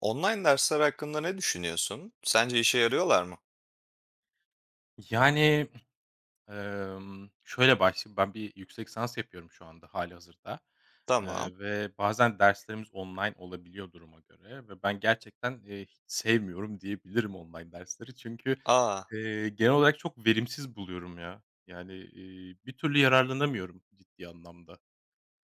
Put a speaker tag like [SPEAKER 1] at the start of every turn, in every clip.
[SPEAKER 1] Online dersler hakkında ne düşünüyorsun? Sence işe yarıyorlar mı?
[SPEAKER 2] Yani, şöyle başlayayım, ben bir yüksek lisans yapıyorum şu anda hâlihazırda,
[SPEAKER 1] Tamam.
[SPEAKER 2] ve bazen derslerimiz online olabiliyor duruma göre ve ben gerçekten, hiç sevmiyorum diyebilirim online dersleri. Çünkü,
[SPEAKER 1] Aa.
[SPEAKER 2] genel olarak çok verimsiz buluyorum ya. Yani, bir türlü yararlanamıyorum ciddi anlamda.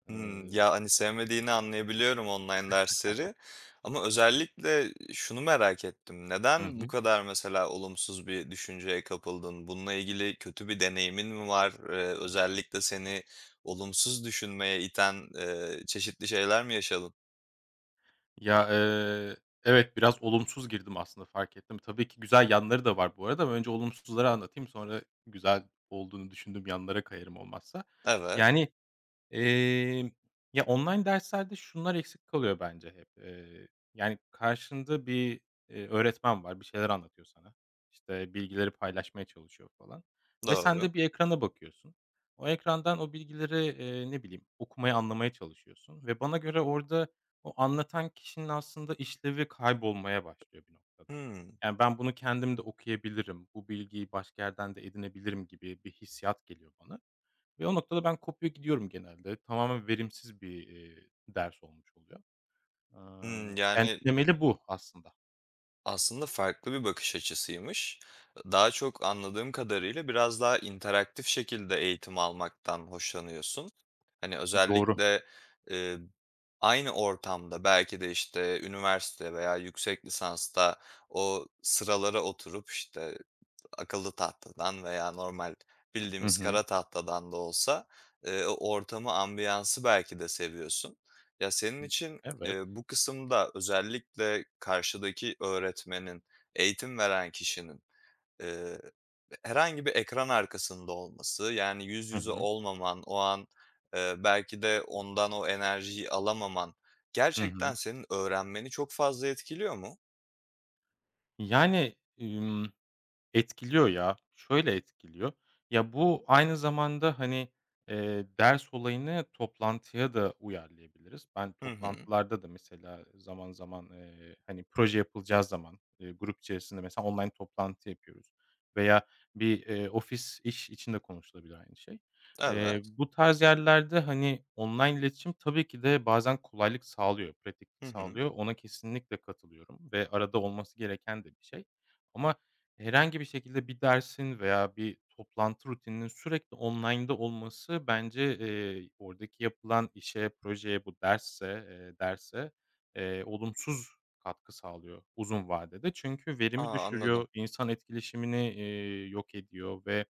[SPEAKER 2] Eee
[SPEAKER 1] Hımm. Ya, hani, sevmediğini anlayabiliyorum online dersleri, ama özellikle şunu merak ettim.
[SPEAKER 2] Hı
[SPEAKER 1] Neden bu
[SPEAKER 2] hı.
[SPEAKER 1] kadar mesela olumsuz bir düşünceye kapıldın? Bununla ilgili kötü bir deneyimin mi var? Özellikle seni olumsuz düşünmeye iten, çeşitli şeyler mi yaşadın?
[SPEAKER 2] Ya, evet, biraz olumsuz girdim aslında fark ettim. Tabii ki güzel yanları da var bu arada ama önce olumsuzları anlatayım, sonra güzel olduğunu düşündüğüm yanlara kayarım olmazsa.
[SPEAKER 1] Evet,
[SPEAKER 2] Yani, Emm, ya, online derslerde şunlar eksik kalıyor bence hep. Yani, karşında bir, öğretmen var, bir şeyler anlatıyor sana. İşte, bilgileri paylaşmaya çalışıyor falan ve sen
[SPEAKER 1] doğru.
[SPEAKER 2] de bir ekrana bakıyorsun. O ekrandan o bilgileri, ne bileyim, okumaya, anlamaya çalışıyorsun ve bana göre orada o anlatan kişinin aslında işlevi kaybolmaya başlıyor bir noktada.
[SPEAKER 1] Hımm.
[SPEAKER 2] Yani, ben bunu kendim de okuyabilirim, bu bilgiyi başka yerden de edinebilirim gibi bir hissiyat geliyor bana. Ve o noktada ben kopuyor gidiyorum genelde. Tamamen verimsiz bir, ders olmuş oluyor.
[SPEAKER 1] Hımm,
[SPEAKER 2] Yani
[SPEAKER 1] yani
[SPEAKER 2] temeli bu aslında.
[SPEAKER 1] Aslında farklı bir bakış açısıymış. Daha çok anladığım kadarıyla biraz daha interaktif şekilde eğitim almaktan hoşlanıyorsun. Hani
[SPEAKER 2] Doğru.
[SPEAKER 1] özellikle e, aynı ortamda belki de işte üniversite veya yüksek lisansta o sıralara oturup işte akıllı tahtadan veya normal
[SPEAKER 2] Hı
[SPEAKER 1] bildiğimiz
[SPEAKER 2] hı.
[SPEAKER 1] kara tahtadan da olsa, o ortamı, ambiyansı belki de seviyorsun. Ya, senin için,
[SPEAKER 2] Evet.
[SPEAKER 1] bu kısımda özellikle karşıdaki öğretmenin, eğitim veren kişinin, eee, herhangi bir ekran arkasında olması, yani yüz
[SPEAKER 2] Hı
[SPEAKER 1] yüze
[SPEAKER 2] hı.
[SPEAKER 1] olmaman, o an, belki de ondan o enerjiyi alamaman
[SPEAKER 2] Hı
[SPEAKER 1] gerçekten
[SPEAKER 2] hı.
[SPEAKER 1] senin öğrenmeni çok fazla etkiliyor mu?
[SPEAKER 2] Yani, etkiliyor ya. Şöyle etkiliyor. Ya, bu aynı zamanda, hani, ders olayını toplantıya da uyarlayabiliriz. Ben
[SPEAKER 1] Hı hı.
[SPEAKER 2] toplantılarda da mesela zaman zaman, hani, proje yapılacağı zaman, grup içerisinde mesela online toplantı yapıyoruz veya bir, ofis iş için de konuşulabilir aynı şey.
[SPEAKER 1] Evet.
[SPEAKER 2] Bu tarz yerlerde, hani, online iletişim tabii ki de bazen kolaylık sağlıyor,
[SPEAKER 1] Hı
[SPEAKER 2] pratiklik
[SPEAKER 1] hı.
[SPEAKER 2] sağlıyor. Ona kesinlikle katılıyorum ve arada olması gereken de bir şey, ama herhangi bir şekilde bir dersin veya bir toplantı rutininin sürekli online'da olması bence, oradaki yapılan işe, projeye bu dersse, derse, olumsuz katkı sağlıyor uzun vadede. Çünkü
[SPEAKER 1] A,
[SPEAKER 2] verimi
[SPEAKER 1] anladım.
[SPEAKER 2] düşürüyor, insan etkileşimini, yok ediyor ve,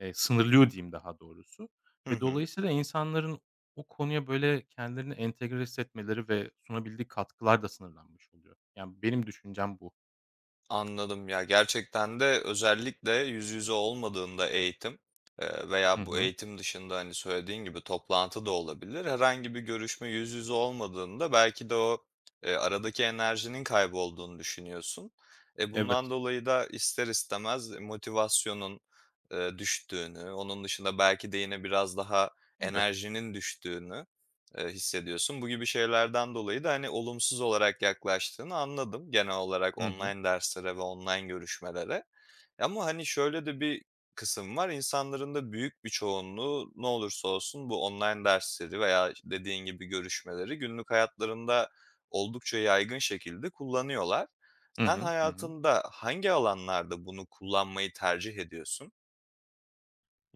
[SPEAKER 2] sınırlıyor diyeyim daha doğrusu
[SPEAKER 1] Hı
[SPEAKER 2] ve
[SPEAKER 1] hı.
[SPEAKER 2] dolayısıyla insanların o konuya böyle kendilerini entegre hissetmeleri ve sunabildiği katkılar da sınırlanmış oluyor. Yani benim düşüncem bu.
[SPEAKER 1] Anladım. Ya, gerçekten de özellikle yüz yüze olmadığında eğitim,
[SPEAKER 2] Hı
[SPEAKER 1] veya bu
[SPEAKER 2] hı.
[SPEAKER 1] eğitim dışında, hani, söylediğin gibi toplantı da olabilir, herhangi bir görüşme yüz yüze olmadığında belki de o, aradaki enerjinin kaybolduğunu düşünüyorsun. E, bundan
[SPEAKER 2] Evet.
[SPEAKER 1] dolayı da ister istemez motivasyonun, düştüğünü, onun dışında belki de yine biraz daha
[SPEAKER 2] Tabii.
[SPEAKER 1] enerjinin düştüğünü hissediyorsun. Bu gibi şeylerden dolayı da, hani, olumsuz olarak yaklaştığını anladım genel olarak
[SPEAKER 2] Hı hı.
[SPEAKER 1] online derslere ve online görüşmelere. Ama, hani, şöyle de bir kısım var. İnsanların da büyük bir çoğunluğu ne olursa olsun bu online dersleri veya işte, dediğin gibi görüşmeleri günlük hayatlarında oldukça yaygın şekilde kullanıyorlar.
[SPEAKER 2] Hı
[SPEAKER 1] Sen
[SPEAKER 2] hı. Hı hı.
[SPEAKER 1] hayatında hangi alanlarda bunu kullanmayı tercih ediyorsun?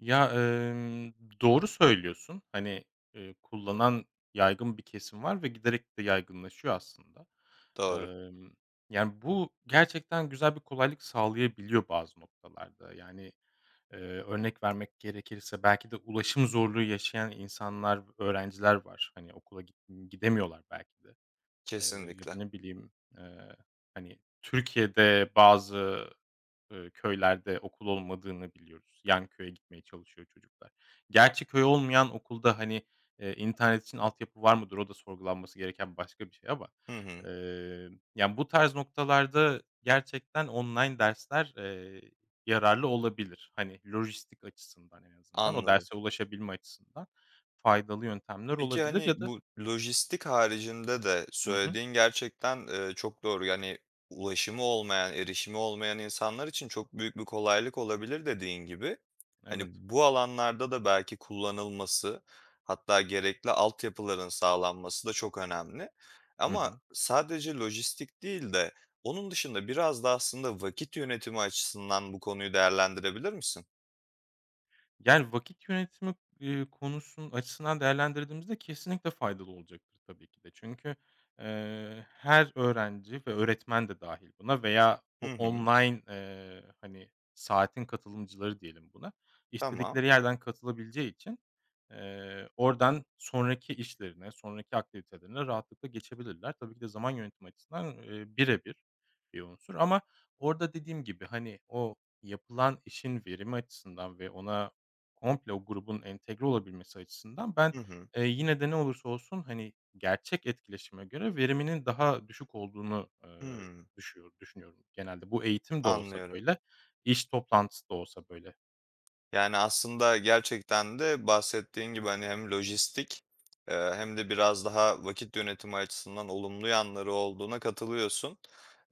[SPEAKER 2] Ya, doğru söylüyorsun. Hani, kullanan yaygın bir kesim var ve giderek de yaygınlaşıyor aslında.
[SPEAKER 1] Doğru.
[SPEAKER 2] Emm, Yani, bu gerçekten güzel bir kolaylık sağlayabiliyor bazı noktalarda. Yani, örnek vermek gerekirse belki de ulaşım zorluğu yaşayan insanlar, öğrenciler var. Hani, okula gidemiyorlar belki de. Eee, Ya
[SPEAKER 1] Kesinlikle.
[SPEAKER 2] da ne bileyim, eee, hani, Türkiye'de bazı köylerde okul olmadığını biliyoruz. Yan köye gitmeye çalışıyor çocuklar. Gerçi köy olmayan okulda, hani, internet için altyapı var mıdır? O da sorgulanması gereken başka bir şey ama,
[SPEAKER 1] Hı hı.
[SPEAKER 2] eee, yani, bu tarz noktalarda gerçekten online dersler, yararlı olabilir. Hani, lojistik açısından en azından, o
[SPEAKER 1] Anladım.
[SPEAKER 2] derse ulaşabilme açısından faydalı yöntemler
[SPEAKER 1] Peki,
[SPEAKER 2] olabilir
[SPEAKER 1] hani,
[SPEAKER 2] ya da.
[SPEAKER 1] bu lojistik haricinde de
[SPEAKER 2] Hı hı.
[SPEAKER 1] söylediğin gerçekten, çok doğru. Yani, ulaşımı olmayan, erişimi olmayan insanlar için çok büyük bir kolaylık olabilir dediğin gibi. Hani,
[SPEAKER 2] Evet.
[SPEAKER 1] bu alanlarda da belki kullanılması, hatta gerekli altyapıların sağlanması da çok önemli.
[SPEAKER 2] Hı
[SPEAKER 1] Ama
[SPEAKER 2] hı.
[SPEAKER 1] sadece lojistik değil de onun dışında biraz da aslında vakit yönetimi açısından bu konuyu değerlendirebilir misin?
[SPEAKER 2] Yani, vakit yönetimi, konusunun açısından değerlendirdiğimizde kesinlikle faydalı olacaktır tabii ki de. Çünkü, her öğrenci ve öğretmen de dahil buna veya bu
[SPEAKER 1] Hı hı.
[SPEAKER 2] online, hani, saatin katılımcıları diyelim buna,
[SPEAKER 1] Tamam.
[SPEAKER 2] istedikleri yerden katılabileceği için, oradan sonraki işlerine, sonraki aktivitelerine rahatlıkla geçebilirler. Tabii ki de zaman yönetimi açısından, bire bir bir unsur ama orada dediğim gibi, hani, o yapılan işin verimi açısından ve ona komple o grubun entegre olabilmesi açısından ben,
[SPEAKER 1] Hı hı.
[SPEAKER 2] yine de ne olursa olsun, hani, gerçek etkileşime göre veriminin daha düşük olduğunu,
[SPEAKER 1] Hımm.
[SPEAKER 2] düşünüyorum genelde. Bu eğitim de olsa
[SPEAKER 1] Anlıyorum.
[SPEAKER 2] böyle, iş toplantısı da olsa böyle.
[SPEAKER 1] Yani, aslında gerçekten de bahsettiğin gibi, hani, hem lojistik, hem de biraz daha vakit yönetimi açısından olumlu yanları olduğuna katılıyorsun.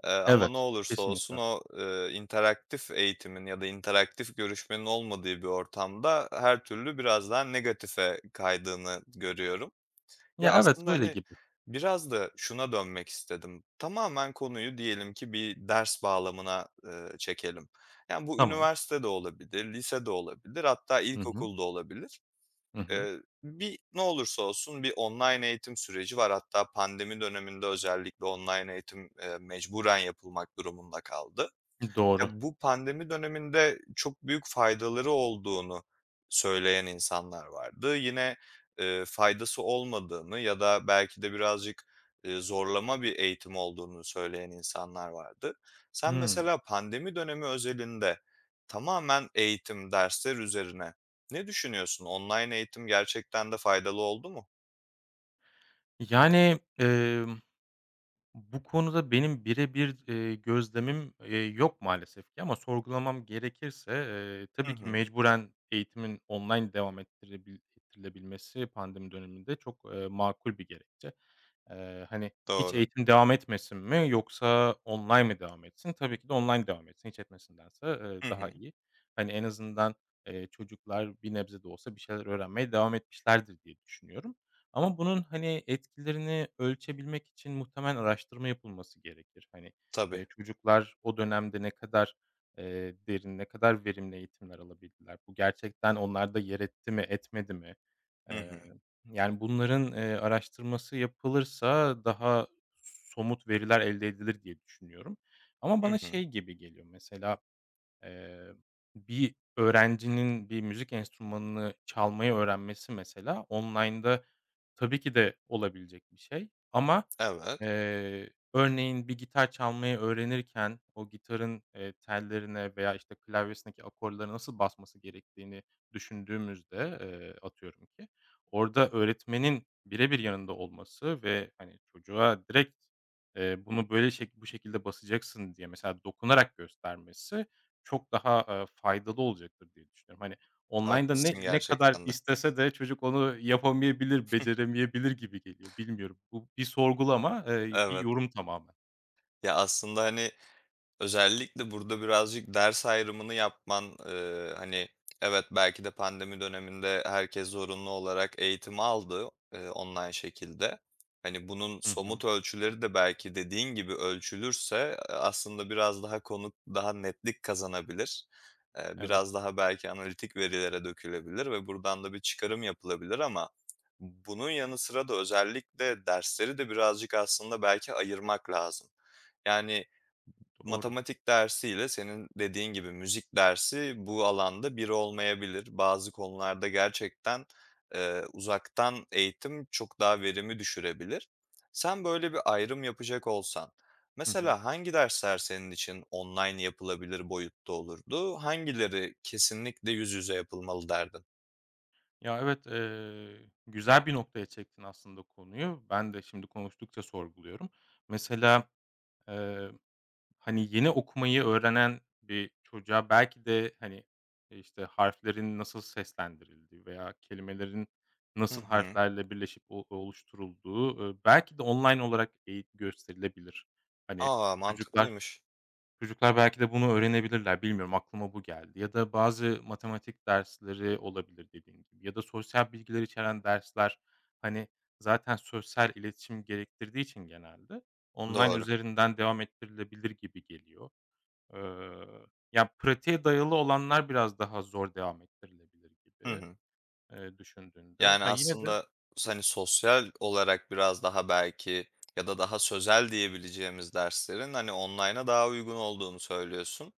[SPEAKER 1] Ama ne
[SPEAKER 2] Evet,
[SPEAKER 1] olursa olsun
[SPEAKER 2] kesinlikle.
[SPEAKER 1] o, interaktif eğitimin ya da interaktif görüşmenin olmadığı bir ortamda her türlü biraz daha negatife kaydığını görüyorum. Ya,
[SPEAKER 2] Ya, evet,
[SPEAKER 1] aslında,
[SPEAKER 2] öyle
[SPEAKER 1] hani,
[SPEAKER 2] gibi.
[SPEAKER 1] biraz da şuna dönmek istedim. Tamamen konuyu diyelim ki bir ders bağlamına, çekelim. Yani, bu
[SPEAKER 2] Tamam.
[SPEAKER 1] üniversite de olabilir, lise de olabilir, hatta
[SPEAKER 2] Hı hı.
[SPEAKER 1] ilkokul da olabilir.
[SPEAKER 2] Hı hı.
[SPEAKER 1] Bir ne olursa olsun bir online eğitim süreci var. Hatta pandemi döneminde özellikle online eğitim, mecburen yapılmak durumunda kaldı.
[SPEAKER 2] Doğru.
[SPEAKER 1] Ya, bu pandemi döneminde çok büyük faydaları olduğunu söyleyen insanlar vardı. Yine, faydası olmadığını ya da belki de birazcık, zorlama bir eğitim olduğunu söyleyen insanlar vardı. Sen
[SPEAKER 2] Hımm.
[SPEAKER 1] mesela pandemi dönemi özelinde tamamen eğitim, dersler üzerine ne düşünüyorsun? Online eğitim gerçekten de faydalı oldu mu?
[SPEAKER 2] Yani, bu konuda benim birebir, gözlemim, yok maalesef ki ama sorgulamam gerekirse,
[SPEAKER 1] Hı
[SPEAKER 2] tabii ki
[SPEAKER 1] hı.
[SPEAKER 2] mecburen eğitimin online devam ettirilebilmesi pandemi döneminde çok, makul bir gerekçe. Hani, hiç
[SPEAKER 1] Doğru.
[SPEAKER 2] eğitim devam etmesin mi yoksa online mi devam etsin? Tabii ki de online devam etsin, hiç etmesindense,
[SPEAKER 1] Hı
[SPEAKER 2] daha
[SPEAKER 1] hı.
[SPEAKER 2] iyi. Hani, en azından, çocuklar bir nebze de olsa bir şeyler öğrenmeye devam etmişlerdir diye düşünüyorum. Ama bunun, hani, etkilerini ölçebilmek için muhtemelen araştırma yapılması gerekir. Hani,
[SPEAKER 1] Tabii.
[SPEAKER 2] çocuklar o dönemde ne kadar, derin, ne kadar verimli eğitimler alabildiler? Bu gerçekten onlarda yer etti mi, etmedi mi?
[SPEAKER 1] Hı
[SPEAKER 2] Eee,
[SPEAKER 1] hı.
[SPEAKER 2] Yani, bunların, araştırması yapılırsa daha somut veriler elde edilir diye düşünüyorum. Ama
[SPEAKER 1] Hı
[SPEAKER 2] bana
[SPEAKER 1] hı.
[SPEAKER 2] şey gibi geliyor mesela. Eee, Bir öğrencinin bir müzik enstrümanını çalmayı öğrenmesi mesela online'da tabii ki de olabilecek bir şey ama,
[SPEAKER 1] Evet.
[SPEAKER 2] örneğin bir gitar çalmayı öğrenirken o gitarın, tellerine veya, işte, klavyesindeki akorlara nasıl basması gerektiğini düşündüğümüzde, atıyorum ki, orada öğretmenin birebir yanında olması ve, hani, çocuğa direkt, bunu böyle bu şekilde basacaksın diye mesela dokunarak göstermesi çok daha, faydalı olacaktır diye düşünüyorum. Hani, online'da
[SPEAKER 1] Haklısın
[SPEAKER 2] ne kadar
[SPEAKER 1] gerçekten de.
[SPEAKER 2] istese de çocuk onu yapamayabilir, beceremeyebilir gibi geliyor. Bilmiyorum. Bu bir sorgulama, bir
[SPEAKER 1] Evet.
[SPEAKER 2] yorum tamamen.
[SPEAKER 1] Ya, aslında, hani, özellikle burada birazcık ders ayrımını yapman, hani, evet, belki de pandemi döneminde herkes zorunlu olarak eğitim aldı, online şekilde. Hani, bunun
[SPEAKER 2] Hı hı.
[SPEAKER 1] somut ölçüleri de belki dediğin gibi ölçülürse, aslında biraz daha konu daha netlik kazanabilir.
[SPEAKER 2] Evet,
[SPEAKER 1] Biraz daha belki analitik verilere dökülebilir ve buradan da bir çıkarım yapılabilir, ama bunun yanı sıra da özellikle dersleri de birazcık aslında belki ayırmak lazım. Yani,
[SPEAKER 2] doğru.
[SPEAKER 1] matematik dersiyle senin dediğin gibi müzik dersi bu alanda biri olmayabilir. Bazı konularda gerçekten, uzaktan eğitim çok daha verimi düşürebilir. Sen böyle bir ayrım yapacak olsan,
[SPEAKER 2] Hı hı.
[SPEAKER 1] mesela hangi dersler senin için online yapılabilir boyutta olurdu? Hangileri kesinlikle yüz yüze yapılmalı derdin?
[SPEAKER 2] Ya, evet, güzel bir noktaya çektin aslında konuyu. Ben de şimdi konuştukça sorguluyorum. Mesela, eee Hani, yeni okumayı öğrenen bir çocuğa belki de, hani, işte, harflerin nasıl seslendirildiği veya kelimelerin
[SPEAKER 1] Hı
[SPEAKER 2] nasıl
[SPEAKER 1] hı.
[SPEAKER 2] harflerle birleşip o oluşturulduğu, belki de online olarak eğitim gösterilebilir. Hani,
[SPEAKER 1] A!
[SPEAKER 2] çocuklar
[SPEAKER 1] Mantıklıymış.
[SPEAKER 2] Çocuklar belki de bunu öğrenebilirler, bilmiyorum, aklıma bu geldi. Ya da bazı matematik dersleri olabilir dediğin gibi ya da sosyal bilgiler içeren dersler, hani, zaten sosyal iletişim gerektirdiği için genelde online
[SPEAKER 1] Doğru.
[SPEAKER 2] üzerinden devam ettirilebilir gibi geliyor. Eee, Ya, pratiğe dayalı olanlar biraz daha zor devam ettirilebilir
[SPEAKER 1] Hı
[SPEAKER 2] gibi,
[SPEAKER 1] hı.
[SPEAKER 2] düşündüğünde.
[SPEAKER 1] Yani,
[SPEAKER 2] Ha, yine de
[SPEAKER 1] aslında, hani, sosyal olarak biraz daha belki ya da daha sözel diyebileceğimiz derslerin, hani, online'a daha uygun olduğunu söylüyorsun.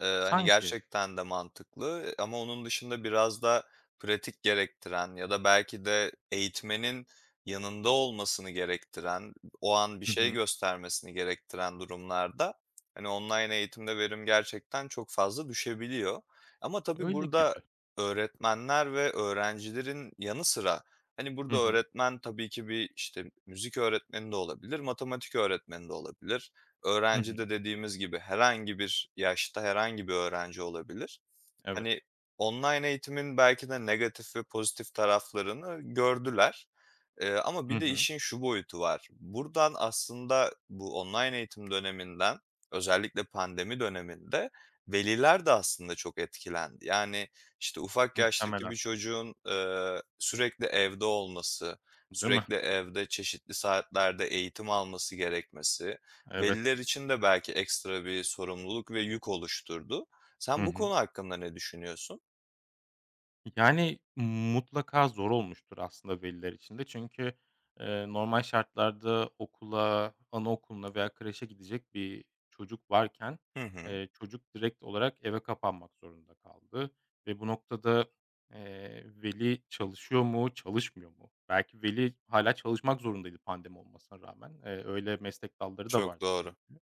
[SPEAKER 1] Hani,
[SPEAKER 2] sanki.
[SPEAKER 1] gerçekten de mantıklı, ama onun dışında biraz da pratik gerektiren ya da belki de eğitmenin yanında olmasını gerektiren, o an bir
[SPEAKER 2] Hı
[SPEAKER 1] şey
[SPEAKER 2] hı.
[SPEAKER 1] göstermesini gerektiren durumlarda, hani, online eğitimde verim gerçekten çok fazla düşebiliyor. Ama tabii
[SPEAKER 2] Öyle
[SPEAKER 1] burada
[SPEAKER 2] gibi.
[SPEAKER 1] öğretmenler ve öğrencilerin yanı sıra, hani, burada
[SPEAKER 2] Hı hı.
[SPEAKER 1] öğretmen tabii ki bir, işte, müzik öğretmeni de olabilir, matematik öğretmeni de olabilir.
[SPEAKER 2] Hı hı.
[SPEAKER 1] Öğrenci de dediğimiz gibi herhangi bir yaşta herhangi bir öğrenci olabilir. Hani,
[SPEAKER 2] Evet.
[SPEAKER 1] online eğitimin belki de negatif ve pozitif taraflarını gördüler. Ama
[SPEAKER 2] Hı
[SPEAKER 1] bir de
[SPEAKER 2] hı.
[SPEAKER 1] işin şu boyutu var. Buradan aslında bu online eğitim döneminden, özellikle pandemi döneminde veliler de aslında çok etkilendi. Yani, işte, ufak yaştaki bir
[SPEAKER 2] Muhtemelen,
[SPEAKER 1] çocuğun, sürekli evde olması,
[SPEAKER 2] değil mi?
[SPEAKER 1] sürekli evde çeşitli saatlerde eğitim alması gerekmesi
[SPEAKER 2] Evet.
[SPEAKER 1] veliler için de belki ekstra bir sorumluluk ve yük oluşturdu. Sen
[SPEAKER 2] Hı
[SPEAKER 1] bu
[SPEAKER 2] hı.
[SPEAKER 1] konu hakkında ne düşünüyorsun?
[SPEAKER 2] Yani, mutlaka zor olmuştur aslında veliler için de. Çünkü, normal şartlarda okula, anaokuluna veya kreşe gidecek bir çocuk varken,
[SPEAKER 1] Hı hı.
[SPEAKER 2] çocuk direkt olarak eve kapanmak zorunda kaldı ve bu noktada, veli çalışıyor mu, çalışmıyor mu? Belki veli hala çalışmak zorundaydı pandemi olmasına rağmen. Öyle meslek dalları da
[SPEAKER 1] Çok
[SPEAKER 2] vardı
[SPEAKER 1] doğru.
[SPEAKER 2] çünkü.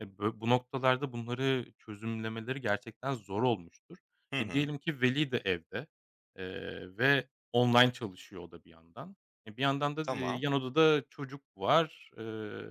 [SPEAKER 2] E, bö bu noktalarda bunları çözümlemeleri gerçekten zor olmuştur.
[SPEAKER 1] Hı
[SPEAKER 2] E,
[SPEAKER 1] hı.
[SPEAKER 2] diyelim ki veli de evde, ve online çalışıyor o da bir yandan. Bir yandan da,
[SPEAKER 1] Tamam.
[SPEAKER 2] yan odada çocuk var.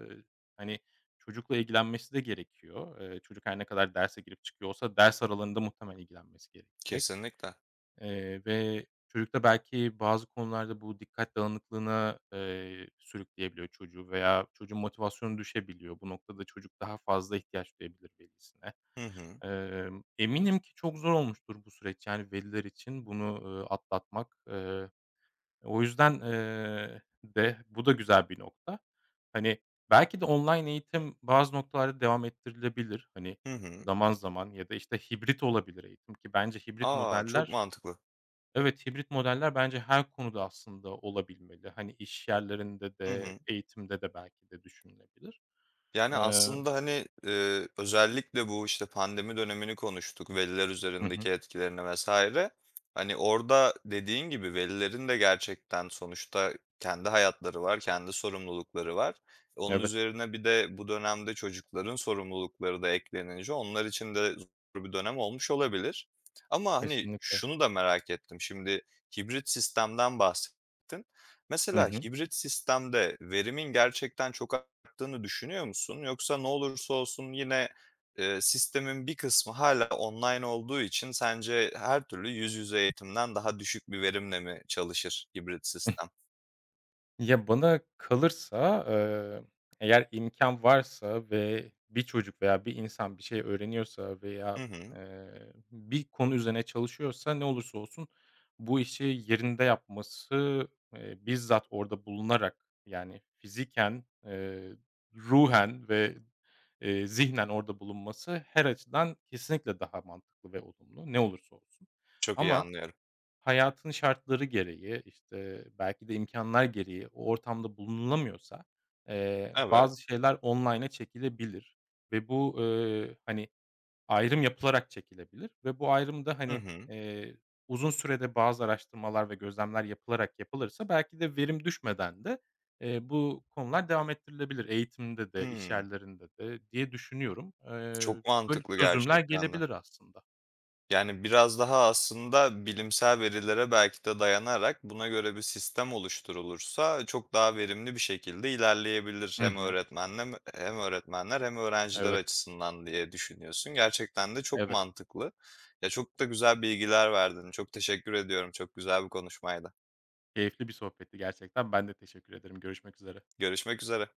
[SPEAKER 2] Hani, çocukla ilgilenmesi de gerekiyor. Çocuk her ne kadar derse girip çıkıyor olsa ders aralarında muhtemelen ilgilenmesi gerekecek.
[SPEAKER 1] Kesinlikle.
[SPEAKER 2] Ve çocukta belki bazı konularda bu dikkat dağınıklığına, sürükleyebiliyor çocuğu veya çocuğun motivasyonu düşebiliyor. Bu noktada çocuk daha fazla ihtiyaç duyabilir velisine.
[SPEAKER 1] Hı hı.
[SPEAKER 2] Eminim ki çok zor olmuştur bu süreç, yani, veliler için bunu, atlatmak. O yüzden de bu da güzel bir nokta. Hani, belki de online eğitim bazı noktalarda devam ettirilebilir. Hani,
[SPEAKER 1] Hı hı.
[SPEAKER 2] zaman zaman ya da, işte, hibrit olabilir eğitim ki bence hibrit
[SPEAKER 1] A! Çok
[SPEAKER 2] modeller
[SPEAKER 1] mantıklı.
[SPEAKER 2] Evet, hibrit modeller bence her konuda aslında olabilmeli. Hani iş yerlerinde
[SPEAKER 1] Hı
[SPEAKER 2] de,
[SPEAKER 1] hı.
[SPEAKER 2] eğitimde de belki de düşünülebilir.
[SPEAKER 1] Yani,
[SPEAKER 2] Eee
[SPEAKER 1] aslında, hani, özellikle bu, işte, pandemi dönemini konuştuk, veliler
[SPEAKER 2] Hı
[SPEAKER 1] üzerindeki
[SPEAKER 2] hı.
[SPEAKER 1] etkilerine vesaire. Hani, orada dediğin gibi velilerin de gerçekten sonuçta kendi hayatları var, kendi sorumlulukları var. Onun
[SPEAKER 2] Evet,
[SPEAKER 1] üzerine bir de bu dönemde çocukların sorumlulukları da eklenince onlar için de zor bir dönem olmuş olabilir. Ama, hani,
[SPEAKER 2] kesinlikle.
[SPEAKER 1] şunu da merak ettim. Şimdi hibrit sistemden bahsettin.
[SPEAKER 2] Hı
[SPEAKER 1] Mesela
[SPEAKER 2] hı.
[SPEAKER 1] hibrit sistemde verimin gerçekten çok yaptığını düşünüyor musun? Yoksa ne olursa olsun yine, sistemin bir kısmı hala online olduğu için sence her türlü yüz yüze eğitimden daha düşük bir verimle mi çalışır hibrit sistem?
[SPEAKER 2] Ya, bana kalırsa, eğer imkan varsa ve bir çocuk veya bir insan bir şey öğreniyorsa veya,
[SPEAKER 1] Hı hı.
[SPEAKER 2] eee, bir konu üzerine çalışıyorsa ne olursa olsun bu işi yerinde yapması, bizzat orada bulunarak, yani, fiziken, ruhen ve, zihnen orada bulunması her açıdan kesinlikle daha mantıklı ve olumlu ne olursa olsun.
[SPEAKER 1] Çok iyi
[SPEAKER 2] Ama
[SPEAKER 1] anlıyorum.
[SPEAKER 2] Hayatın şartları gereği, işte, belki de imkânlar gereği o ortamda bulunulamıyorsa,
[SPEAKER 1] Evet.
[SPEAKER 2] bazı şeyler online'a çekilebilir ve bu, hani, ayrım yapılarak çekilebilir ve bu ayrım da,
[SPEAKER 1] Hı
[SPEAKER 2] hani,
[SPEAKER 1] hı.
[SPEAKER 2] uzun sürede bazı araştırmalar ve gözlemler yapılarak yapılırsa belki de verim düşmeden de, bu konular devam ettirilebilir eğitimde de, iş
[SPEAKER 1] Hımm.
[SPEAKER 2] yerlerinde de diye düşünüyorum.
[SPEAKER 1] Çok
[SPEAKER 2] Böyle
[SPEAKER 1] mantıklı
[SPEAKER 2] çözümler
[SPEAKER 1] gerçekten de.
[SPEAKER 2] gelebilir aslında.
[SPEAKER 1] Yani, biraz daha aslında bilimsel verilere belki de dayanarak buna göre bir sistem oluşturulursa çok daha verimli bir şekilde ilerleyebilir
[SPEAKER 2] Hı
[SPEAKER 1] hem
[SPEAKER 2] hı.
[SPEAKER 1] öğretmenlem hem öğretmenler hem öğrenciler
[SPEAKER 2] Evet,
[SPEAKER 1] açısından diye düşünüyorsun. Gerçekten de çok
[SPEAKER 2] evet.
[SPEAKER 1] mantıklı. Ya, çok da güzel bilgiler verdin. Çok teşekkür ediyorum. Çok güzel bir konuşmaydı.
[SPEAKER 2] Keyifli bir sohbetti gerçekten. Ben de teşekkür ederim. Görüşmek üzere.
[SPEAKER 1] Görüşmek üzere.